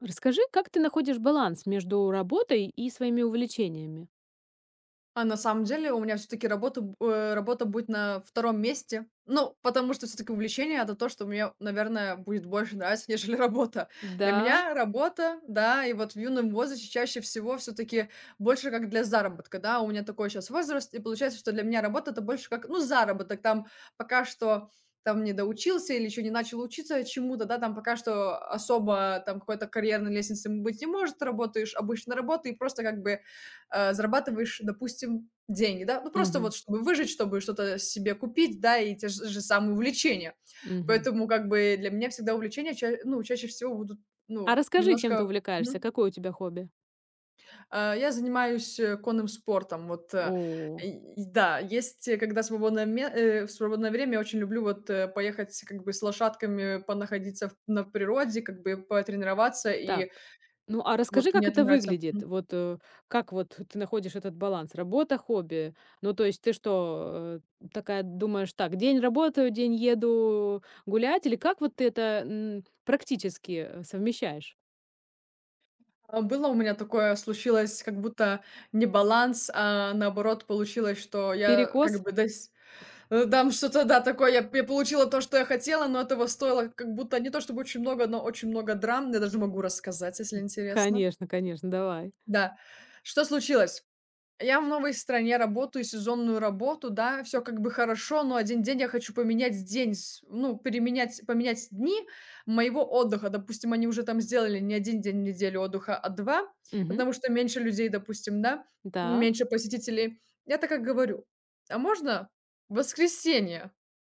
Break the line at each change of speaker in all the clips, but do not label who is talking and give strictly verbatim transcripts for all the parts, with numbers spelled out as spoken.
Расскажи, как ты находишь баланс между работой и своими увлечениями?
А на самом деле у меня все таки работа, б э, работа будет на втором месте. Ну, потому что все таки увлечение — это то, что мне, наверное, будет больше нравиться, нежели работа. Для
Да.
меня работа, да, и вот в юном возрасте чаще всего все таки больше как для заработка, да. У меня такой сейчас возраст, и получается, что для меня работа — это больше как, ну, заработок. Там пока что там не доучился или еще не начал учиться чему-то, да, там пока что особо там какой-то карьерной лестницы быть не может. Работаешь обычно работой и просто как бы э, зарабатываешь, допустим, деньги, да, ну просто
Мгм.
вот чтобы выжить, чтобы что-то себе купить, да, и те же же самые увлечения.
Мгм.
Поэтому как бы для меня всегда увлечения ча ну, чаще всего будут,
А
ну,
расскажи, чем ты
немножко.
увлекаешься?
Мгм.
Какое у тебя хобби?
А, я занимаюсь, э, конным спортом. Вот, э,
О,
и и да, есть, э, когда свободное ме э, в свободное время я очень люблю вот, э, поехать как бы с лошадками, понаходиться в на природе, как бы потренироваться,
так.
и
Ну, а расскажи,
вот
как
мне это
это
нравится.
выглядит? Вот, э, как вот ты находишь этот баланс? Работа, хобби? Ну, то есть ты что, э, такая думаешь, так, день работаю, день еду гулять? Или как вот ты это м, практически э, совмещаешь?
А, было у меня такое, случилось как будто не баланс, а наоборот получилось, что я как
Перекос?
бы дось э, там что-то, да, такое, я я получила то, что я хотела, но этого стоило как будто не то чтобы очень много, но очень много драм. Я даже могу рассказать, если интересно.
Конечно, конечно, давай.
Да. Что случилось? Я в новой стране, работаю сезонную работу, да, все как бы хорошо, но один день я хочу поменять день с ну, переменять поменять дни моего отдыха. Допустим, они уже там сделали не один день в неделю отдыха, а два,
Мгм.
потому что меньше людей, допустим, да,
Да.
меньше посетителей. Я так как говорю: "А можно в воскресенье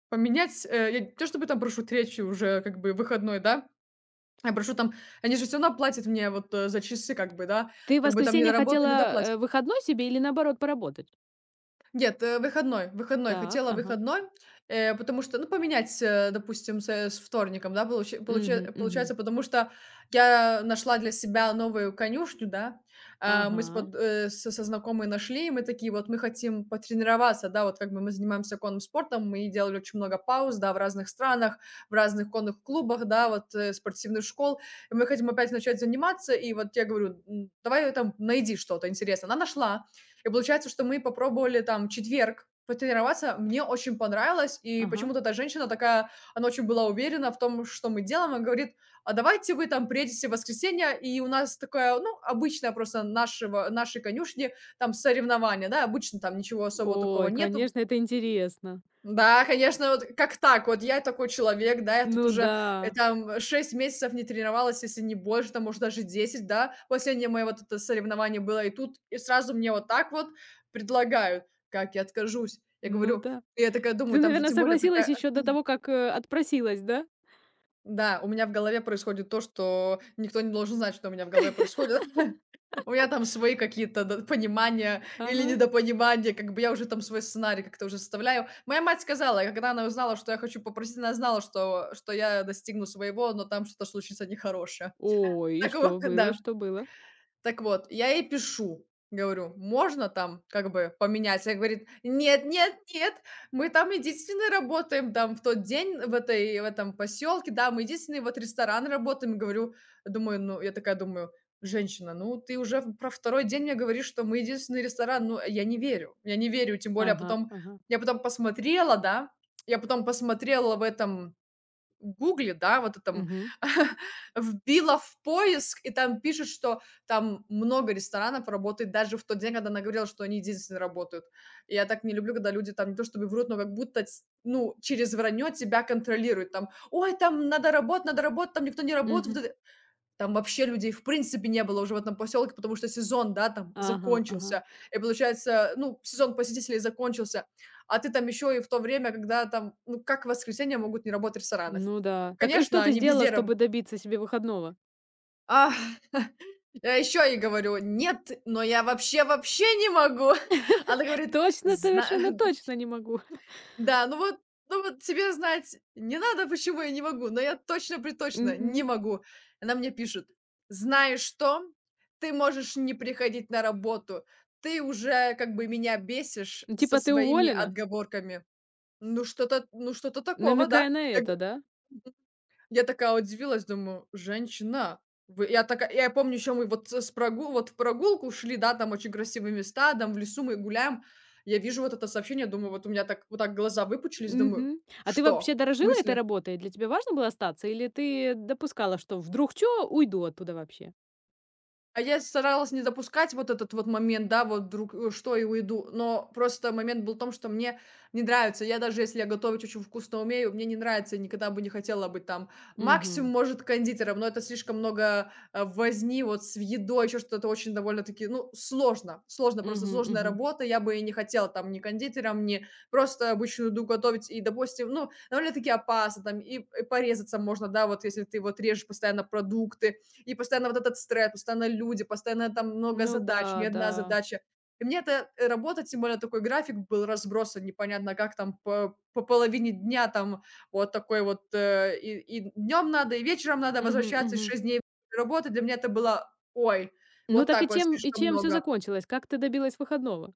поменять?" Э, я не то чтобы там прошу третий уже как бы выходной, да, я прошу там они же все равно платят мне вот, э, за часы как бы, да,
Ты в
как бы там не
воскресенье хотела,
доработаю, не
э,
доплатят.
выходной себе или, наоборот, поработать?
Нет, э, выходной, выходной.
Так,
Хотела
ага.
выходной, э, потому что, ну, поменять, э, допустим, с, э, с вторником, да, получи- получи-
Мгм, мгм.
получается, потому что я нашла для себя новую конюшню, да, а, мы с
Ага,
под- э, со, со знакомой нашли, и мы такие, вот мы хотим потренироваться, да, вот как бы мы занимаемся конным спортом, мы делали очень много пауз, да, в разных странах, в разных конных клубах, да, вот э, спортивных школ, и мы хотим опять начать заниматься, и вот я говорю: «М, давай э, там найди что-то интересное». Она нашла, и получается, что мы попробовали там четверг потренироваться, мне очень понравилось, и
ага.
почему-то эта женщина такая, она очень была уверена в том, что мы делаем, она говорит: а давайте вы там приедете в воскресенье, и у нас такое, ну, обычное просто нашего, нашей конюшни, там, соревнование, да, обычно там ничего особого такого
Ой,
нету,
конечно, это интересно.
да, конечно, вот как так? Вот я такой человек, да, я тут
Ну
уже,
да,
э, там шесть месяцев не тренировалась, если не больше, там, может, даже десять, да. Последнее мое вот это соревнование было, и тут, и сразу мне вот так вот предлагают. Как я откажусь? Я
ну
говорю,
да.
я такая
Ты,
думаю, там же
наверное,
тем более
согласилась
такая
еще до того, как, э, отпросилась, да?
да, у меня в голове происходит то, что никто не должен знать, что у меня в голове происходит. У меня там свои какие-то д- понимания или
Ага.
недопонимания, как бы я уже там свой сценарий как-то уже составляю. Моя мать сказала, и когда она узнала, что я хочу попросить, она знала, что, что я достигну своего, но там что-то случится нехорошее.
Ой, и
Так вот,
что было,
да.
что было?
Так вот, я ей пишу, говорю: "Можно там как бы поменять?" Она говорит: "Нет, нет, нет, мы там единственные работаем там в тот день в этой в этом поселке, да, мы единственный вот ресторан работаем". Говорю, думаю, ну, я такая думаю: "Женщина, ну ты уже в про второй день мне говоришь, что мы единственный ресторан". Ну, я не верю, я не верю, тем более
Ага,
потом
ага.
я потом посмотрела, да, я потом посмотрела в этом Гугле, да, вот там
Угу,
вбила в поиск, и там пишет, что там много ресторанов работает даже в тот день, когда она говорила, что они единственные работают. И я так не люблю, когда люди там не то чтобы врут, но как будто, ть ну, через вранье тебя контролируют. Там: "Ой, там надо работать, надо работать, там никто не работает".
угу.
Вот там вообще людей в принципе не было уже в этом поселке, потому что сезон, да, там
Ага, ага.
закончился. И получается, ну, сезон посетителей закончился, а ты там еще и в то время, когда там, ну, как в воскресенье могут не работать рестораны?
Ну да. Так и что
Конечно,
ты
они
сделала,
везде раб
чтобы добиться себе выходного?
А, я еще ей говорю: "Нет, но я вообще, вообще не могу". Она говорит:
Точно,
"Зна
совершенно точно не могу.
Да, ну вот ну вот тебе знать не надо, почему я не могу, но я точно-приточно не
Угу.
могу. Она мне пишет: "Знаешь что? Ты можешь не приходить на работу. Ты уже как бы меня бесишь со
Типа ты
своими
уволена?
отговорками". Ну что-то ну что-то такого, да.
Намекая на
Я
это, да?
я такая удивилась, думаю: "Женщина, вы". Я такая я помню, еще мы вот с прогу вот в прогулку шли, да, там очень красивые места, там в лесу мы гуляем. Я вижу вот это сообщение, думаю, вот у меня так вот так глаза выпучились, думаю:
Мгм. А ты
"Что?
вообще
В
дорожила этой
смысле?"
работой? Для тебя важно было остаться или ты допускала, что вдруг что, уйду оттуда вообще?
А я старалась не допускать вот этот вот момент, да, вот вдруг, э, что и уйду. Но просто момент был в том, что мне не нравится. Я даже если я готовить очень вкусно умею, мне не нравится, и никогда бы не хотела быть там. Максимум,
Мгм.
может, кондитером, но это слишком много э, возни вот с едой, еще что-то очень довольно-таки, ну, сложно. Сложно, просто
Мгм,
сложная
мгм.
работа. Я бы и не хотела там ни кондитером, ни просто обычную еду готовить. И, допустим, ну, довольно-таки опасно там, и, и порезаться можно, да, вот если ты вот режешь постоянно продукты, и постоянно вот этот стресс, постоянно люди, постоянно там много
Ну
задач, не
да, да.
одна задача. И мне эта э, работа, тем более такой график был разбросан, непонятно как там по, по половине дня там вот такой вот э, и, днем надо, и вечером надо
Мгм,
возвращаться, и
мгм.
шесть дней работы. Для меня это было, ой,
Ну
вот
так и
так вот
чем и
слишком
чем все
много.
закончилось? Как ты добилась выходного?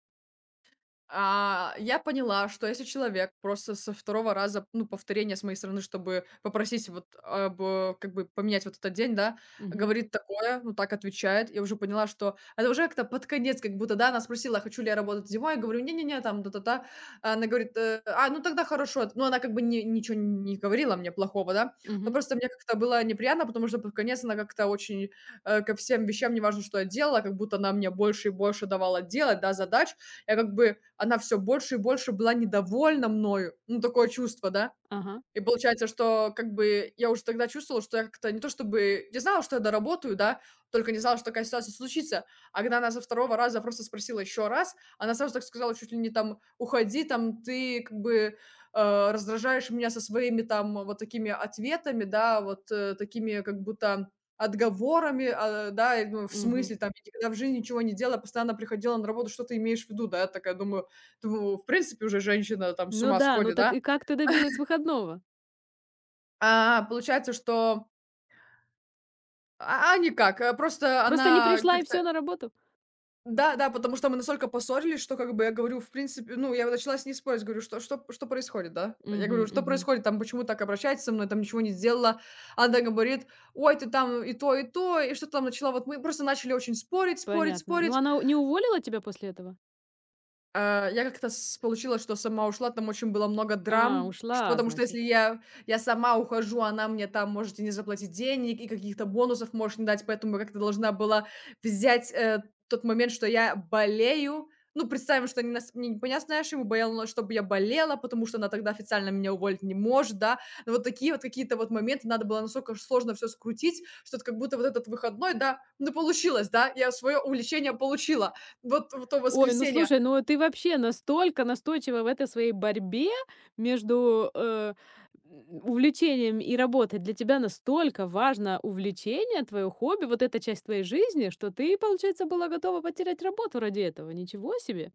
А, я поняла, что если человек просто со второго раза, ну, повторение с моей стороны, чтобы попросить вот об, э, как бы поменять вот этот день, да,
Мгм,
говорит такое, ну, так отвечает, я уже поняла, что это уже как-то под конец, как будто, да, она спросила, хочу ли я работать зимой, я говорю, не-не-не, там, та-та-та, а она говорит, э, а, ну, тогда хорошо, ну, она как бы ни- ничего не говорила мне плохого, да, но
мгм.
просто мне как-то было неприятно, потому что под конец она как-то очень э, ко всем вещам, неважно, что я делала, как будто она мне больше и больше давала делать, да, задач, я как бы она все больше и больше была недовольна мною. Ну, такое чувство, да.
Ага.
И получается, что как бы я уже тогда чувствовала, что я как-то не то чтобы не знала, что я доработаю, да, только не знала, что такая ситуация случится. А когда она со второго раза просто спросила еще раз, она сразу так сказала чуть ли не там: "Уходи, там ты как бы, э, раздражаешь меня со своими там вот такими ответами, да, вот, э, такими как будто отговорами, а, да". Я думаю: "В
Мгм.
смысле там? Я никогда в жизни ничего не делала, постоянно приходила на работу. Что ты имеешь в виду?" Да, я такая думаю думаю: "В принципе, уже женщина там с
Ну
ума
да, ну
сходит,
так
да?"
и как ты добилась выходного?
А, получается, что а, а никак, э, просто
Просто не
она
пришла и
как-то
все на работу?
да-да, потому что мы настолько поссорились, что как бы я говорю, в принципе, ну, я вот начала с ней спорить, говорю: "Что что что происходит, да?" Я
Мгм,
говорю: "Что
мгм.
происходит там? Почему так обращаетесь со мной? Там ничего не сделала". Она говорит: "Ой, ты там и то, и то". И что-то там начала, вот мы просто начали очень спорить спорить
Понятно. Ну
спорить.
она у не уволила тебя после этого?
А, я как-то с получилось, что сама ушла, там очень было много
А,
драм, что
ушла,
потому что если
значит.
я я сама ухожу, она мне там может и не заплатить денег, и каких-то бонусов может не дать, поэтому я как-то должна была взять, э, тот момент, что я болею. Ну, представим, что они нас не меня с нашими боялась, чтобы я болела, потому что она тогда официально меня уволить не может, да. Но вот такие вот какие-то вот моменты надо было настолько ж сложно все скрутить, что это как будто вот этот выходной, да, ну, получилось, да, я свое увлечение получила. Вот в то
Ой, ну
воскресенье.
слушай, ну ты вообще настолько настойчива в этой своей борьбе между, э, м, увлечением и работой. Для тебя настолько важно увлечение, твое хобби, вот эта часть твоей жизни, что ты, получается, была готова потерять работу ради этого. Ничего себе!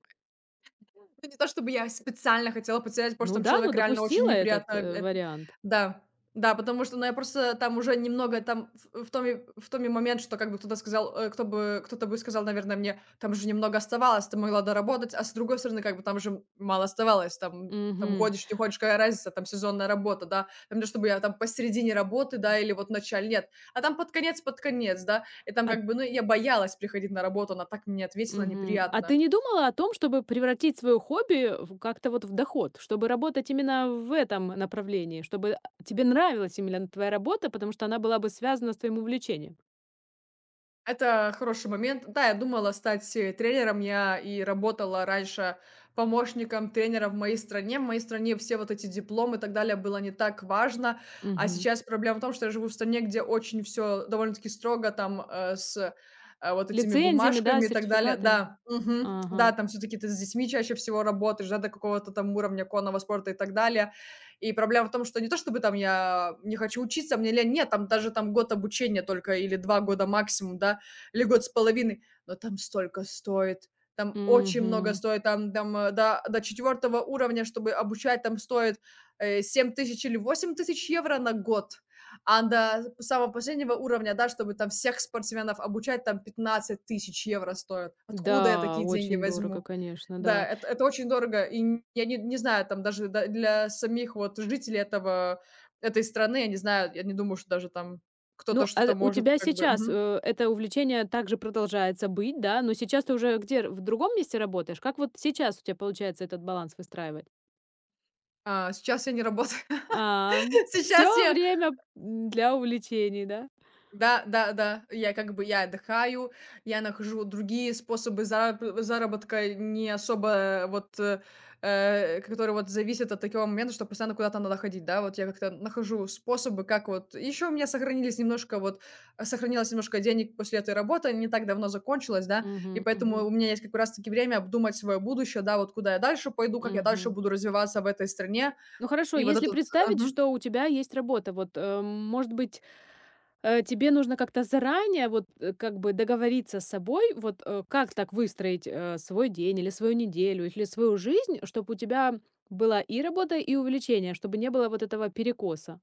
Ну, не то чтобы я специально хотела потерять, просто
Ну
там
да, ну
человек реально очень
допустила
неприятно
этот, э,
эт
вариант.
Да. Да, потому что, ну, я просто там уже немного там в в том и в том и момент, что как бы кто-то сказал, э, кто бы кто-то бы сказал, наверное, мне: "Там же немного оставалось, ты могла доработать". А с другой стороны, как бы там же мало оставалось, там там
Мгм.
уходишь, не уходишь, какая разница, там сезонная работа, да. Там не то чтобы я там посередине работы, да, или вот в нет, а там под конец под конец, да. И там
А.
как бы, ну, я боялась приходить на работу, она так мне ответила
Мгм. А
неприятно.
ты не думала о том, чтобы превратить свое хобби в как-то вот в доход, чтобы работать именно в этом направлении, чтобы, а, тебе нравилась именно твоя работа, потому что она была бы связана с твоим увлечением?
Это хороший момент. Да, я думала стать, э, тренером. Я и работала раньше помощником тренера в моей стране. В моей стране все вот эти дипломы и так далее было не так важно. А
Мгм.
сейчас проблема в том, что я живу в стране, где очень все довольно-таки строго там, э, с, э, вот этими
Лицензиями, да,
бумажками и так далее.
сертификатами?
Да, мгм. Да,
Ага.
там все таки ты с детьми чаще всего работаешь, да, до какого-то там уровня конного спорта и так далее. И проблема в том, что не то чтобы там я не хочу учиться, мне лень, нет, там даже там год обучения только или два года максимум, да. Или год с половиной. Но там столько стоит. Там очень много
Мгм.
стоит. Там, там э, до, до четвертого уровня, чтобы обучать, там стоит э, семь тысяч или восемь тысяч евро на год. А до самого последнего уровня, да, чтобы там всех спортсменов обучать, там пятнадцать тысяч евро стоит. Откуда я
Да,
такие деньги
очень дорого,
возьму?
конечно,
Да,
да.
это, это очень дорого. И я не, не знаю, там даже да- для самих вот жителей этого, этой страны, я не знаю, я не думаю, что даже там кто-то
Ну, а
что-то
у
может
тебя
как бы...
сейчас,
мгм.
э, это увлечение также продолжается быть, да, но сейчас ты уже где, в другом месте работаешь? Как вот сейчас у тебя получается этот баланс выстраивать?
А, сейчас я не работаю.
А,
Сейчас
все
я
время, м, для увлечений, да?
да, да, да, я как бы я отдыхаю, я нахожу другие способы зараб заработка, не особо вот, э, э, которые вот зависят от такого момента, что постоянно куда-то надо ходить, да. Вот я как-то нахожу способы, как вот еще у меня сохранились немножко вот, э, сохранилось немножко денег после этой работы, не так давно закончилась, да,
Мгм,
и поэтому у
мгм,
меня есть как раз таки время обдумать свое будущее, да, вот куда я дальше пойду, как я дальше
мгм.
буду развиваться в этой стране.
Ну хорошо,
И вот
если
этот
представить,
ага.
что у тебя есть работа, вот, э, может быть, э, тебе нужно как-то заранее вот, э, как бы договориться с собой, вот, э, как так выстроить, э, свой день или свою неделю, или свою жизнь, чтобы у тебя была и работа, и увлечение, чтобы не было вот этого перекоса?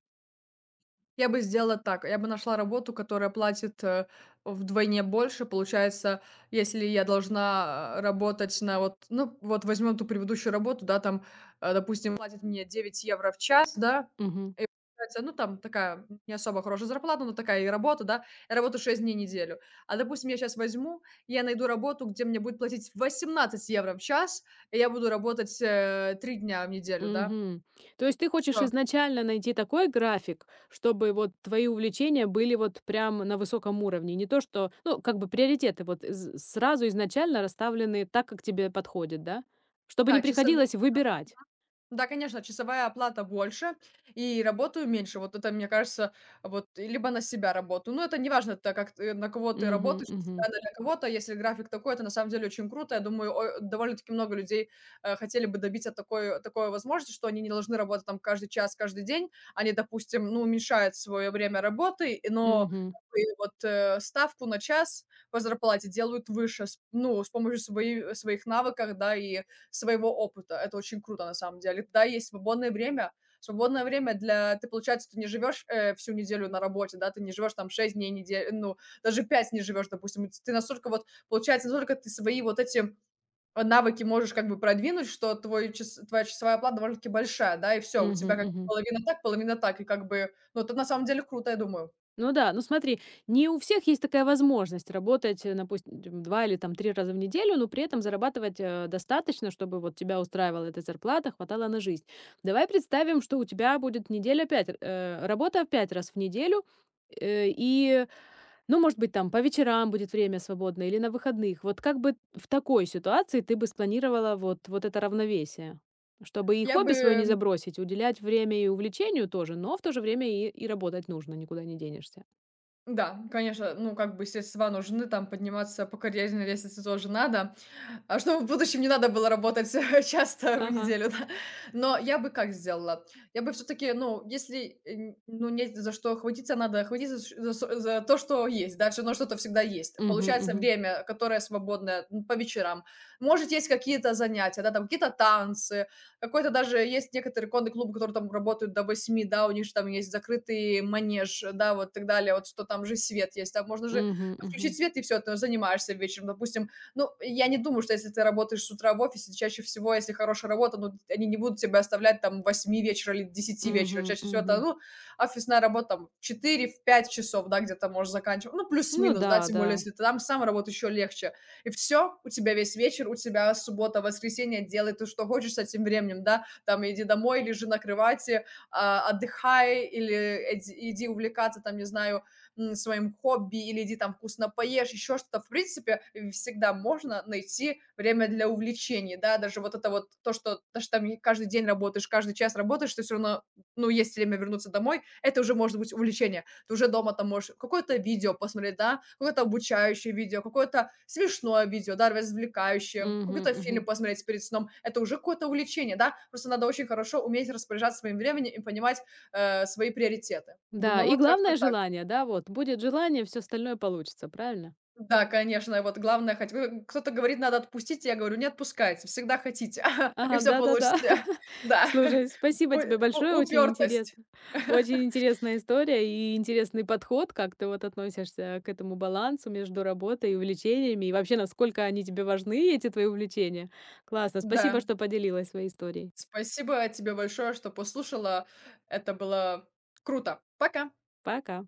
Я бы сделала так. Я бы нашла работу, которая платит, э, вдвойне больше. Получается, если я должна, а, работать на вот ну, вот возьмем ту предыдущую работу, да, там, э, допустим, платит мне девять евро в час, да.
Мгм.
И получается, ну, там такая не особо хорошая зарплата, но такая и работа, да. Я работаю шесть дней в неделю. А, допустим, я сейчас возьму, я найду работу, где мне будет платить восемнадцать евро в час, и я буду работать, э, три дня в неделю, да.
Мгм. То есть ты хочешь
Все,
изначально найти такой график, чтобы вот твои увлечения были вот прям на высоком уровне, не то что, ну, как бы приоритеты вот з- сразу изначально расставлены так, как тебе подходит, да? Чтобы не
да, часов
приходилось выбирать.
да, конечно, часовая оплата больше и работаю меньше. Вот это, мне кажется, вот и либо на себя работаю. Ну, это не важно, так как ты- на кого ты
Мгм,
работаешь, на
мгм,
себя или на кого-то. Если график такой, это на самом деле очень круто. Я думаю, о- довольно-таки много людей э, хотели бы добиться такой, такой возможности, что они не должны работать там каждый час, каждый день. Они, допустим, ну, уменьшают свое время работы, и- но
мгм,
как бы вот э, ставку на час по зарплате делают выше, с- ну, с помощью свои- своих навыков, да, и своего опыта. Это очень круто на самом деле. Тогда есть свободное время, свободное время для... Ты, получается, ты не живешь э, всю неделю на работе, да, ты не живешь там шесть дней недели, ну, даже пять не живешь, допустим. Ты настолько вот, получается, настолько ты свои вот эти э, навыки можешь как бы продвинуть, что твой час, твоя часовая оплата довольно-таки большая, да, и все, у
мгм,
тебя как
мгм.
половина так, половина так, и как бы, ну, это на самом деле круто, я думаю.
Ну да, ну смотри, не у всех есть такая возможность работать, э, допустим, два или там три раза в неделю, но при этом зарабатывать, э, достаточно, чтобы вот тебя устраивала эта зарплата, хватало на жизнь. Давай представим, что у тебя будет неделя пять, э, работа пять раз в неделю, э, и, ну, может быть, там по вечерам будет время свободное или на выходных. Вот как бы в такой ситуации ты бы спланировала вот вот это равновесие? Чтобы и
Я
хобби
бы
свое не забросить, уделять время и увлечению тоже, но в то же время и и работать нужно, никуда не денешься.
да, конечно, ну, как бы, средства нужны, там подниматься по карьерной лестнице тоже надо, а чтобы в будущем не надо было работать часто в
Ага.
неделю, да. Но я бы как сделала? Я бы все-таки, ну, если, э, н- ну, нет за что хватиться, надо хватиться ш- за, со- за то, что есть, да, все равно что-то всегда есть.
Мгм,
Получается,
мгм.
время, которое свободное м, по вечерам, может, есть какие-то занятия, да, там какие-то танцы, какой-то даже есть некоторые конные клубы, которые там работают до восьми, да, у них же там есть закрытый манеж, да, вот так далее, вот что там же свет есть, да, можно же
Мгм, мгм.
включить свет и все, ты занимаешься вечером, допустим. Ну, я не думаю, что если ты работаешь с утра в офисе, чаще всего, если хорошая работа, ну, они не будут тебя оставлять там восьми вечера или десяти вечера,
Мгм,
чаще всего
мгм.
это, ну, офисная работа там четыре пять часов, да, где-то можешь заканчивать, ну,
Ну
плюс-минус,
да,
да, тем
да.
более, если ты там сам работаешь, еще легче и все у тебя весь вечер, у тебя суббота, воскресенье, делай ты что хочешь с этим временем, да, там иди домой, лежи на кровати, а, отдыхай или иди иди увлекаться там, не знаю, своим хобби или иди там вкусно поешь, еще что-то. В принципе, всегда можно найти время для увлечений, да, даже вот это вот то, что даже там каждый день работаешь, каждый час работаешь, ты все равно, ну, есть время вернуться домой, это уже может быть увлечение. Ты уже дома там можешь какое-то видео посмотреть, да, какое-то обучающее видео, какое-то смешное видео, да, развлекающее,
Мгм,
какой-то фильм
мгм.
посмотреть перед сном. Это уже какое-то увлечение, да. Просто надо очень хорошо уметь распоряжаться своим временем и понимать, э, свои приоритеты.
Да,
Думаю,
и
вот как-то
главное
так.
желание, да, вот. Будет желание, все остальное получится, правильно?
Да, конечно, вот главное хоть вы кто-то говорит: "Надо отпустить". Я говорю: "Не отпускайте, всегда хотите, и
Ага,
все
да-да-да.
получится". Да,
Слушай,
у
спасибо тебе большое,
у
очень
упертость.
интересно. Очень интересная история и интересный подход, как ты вот относишься к этому балансу между работой и увлечениями, и вообще, насколько они тебе важны, эти твои увлечения. Классно, спасибо,
Да.
что поделилась своей историей.
Спасибо тебе большое, что послушала. Это было круто. Пока.
Пока.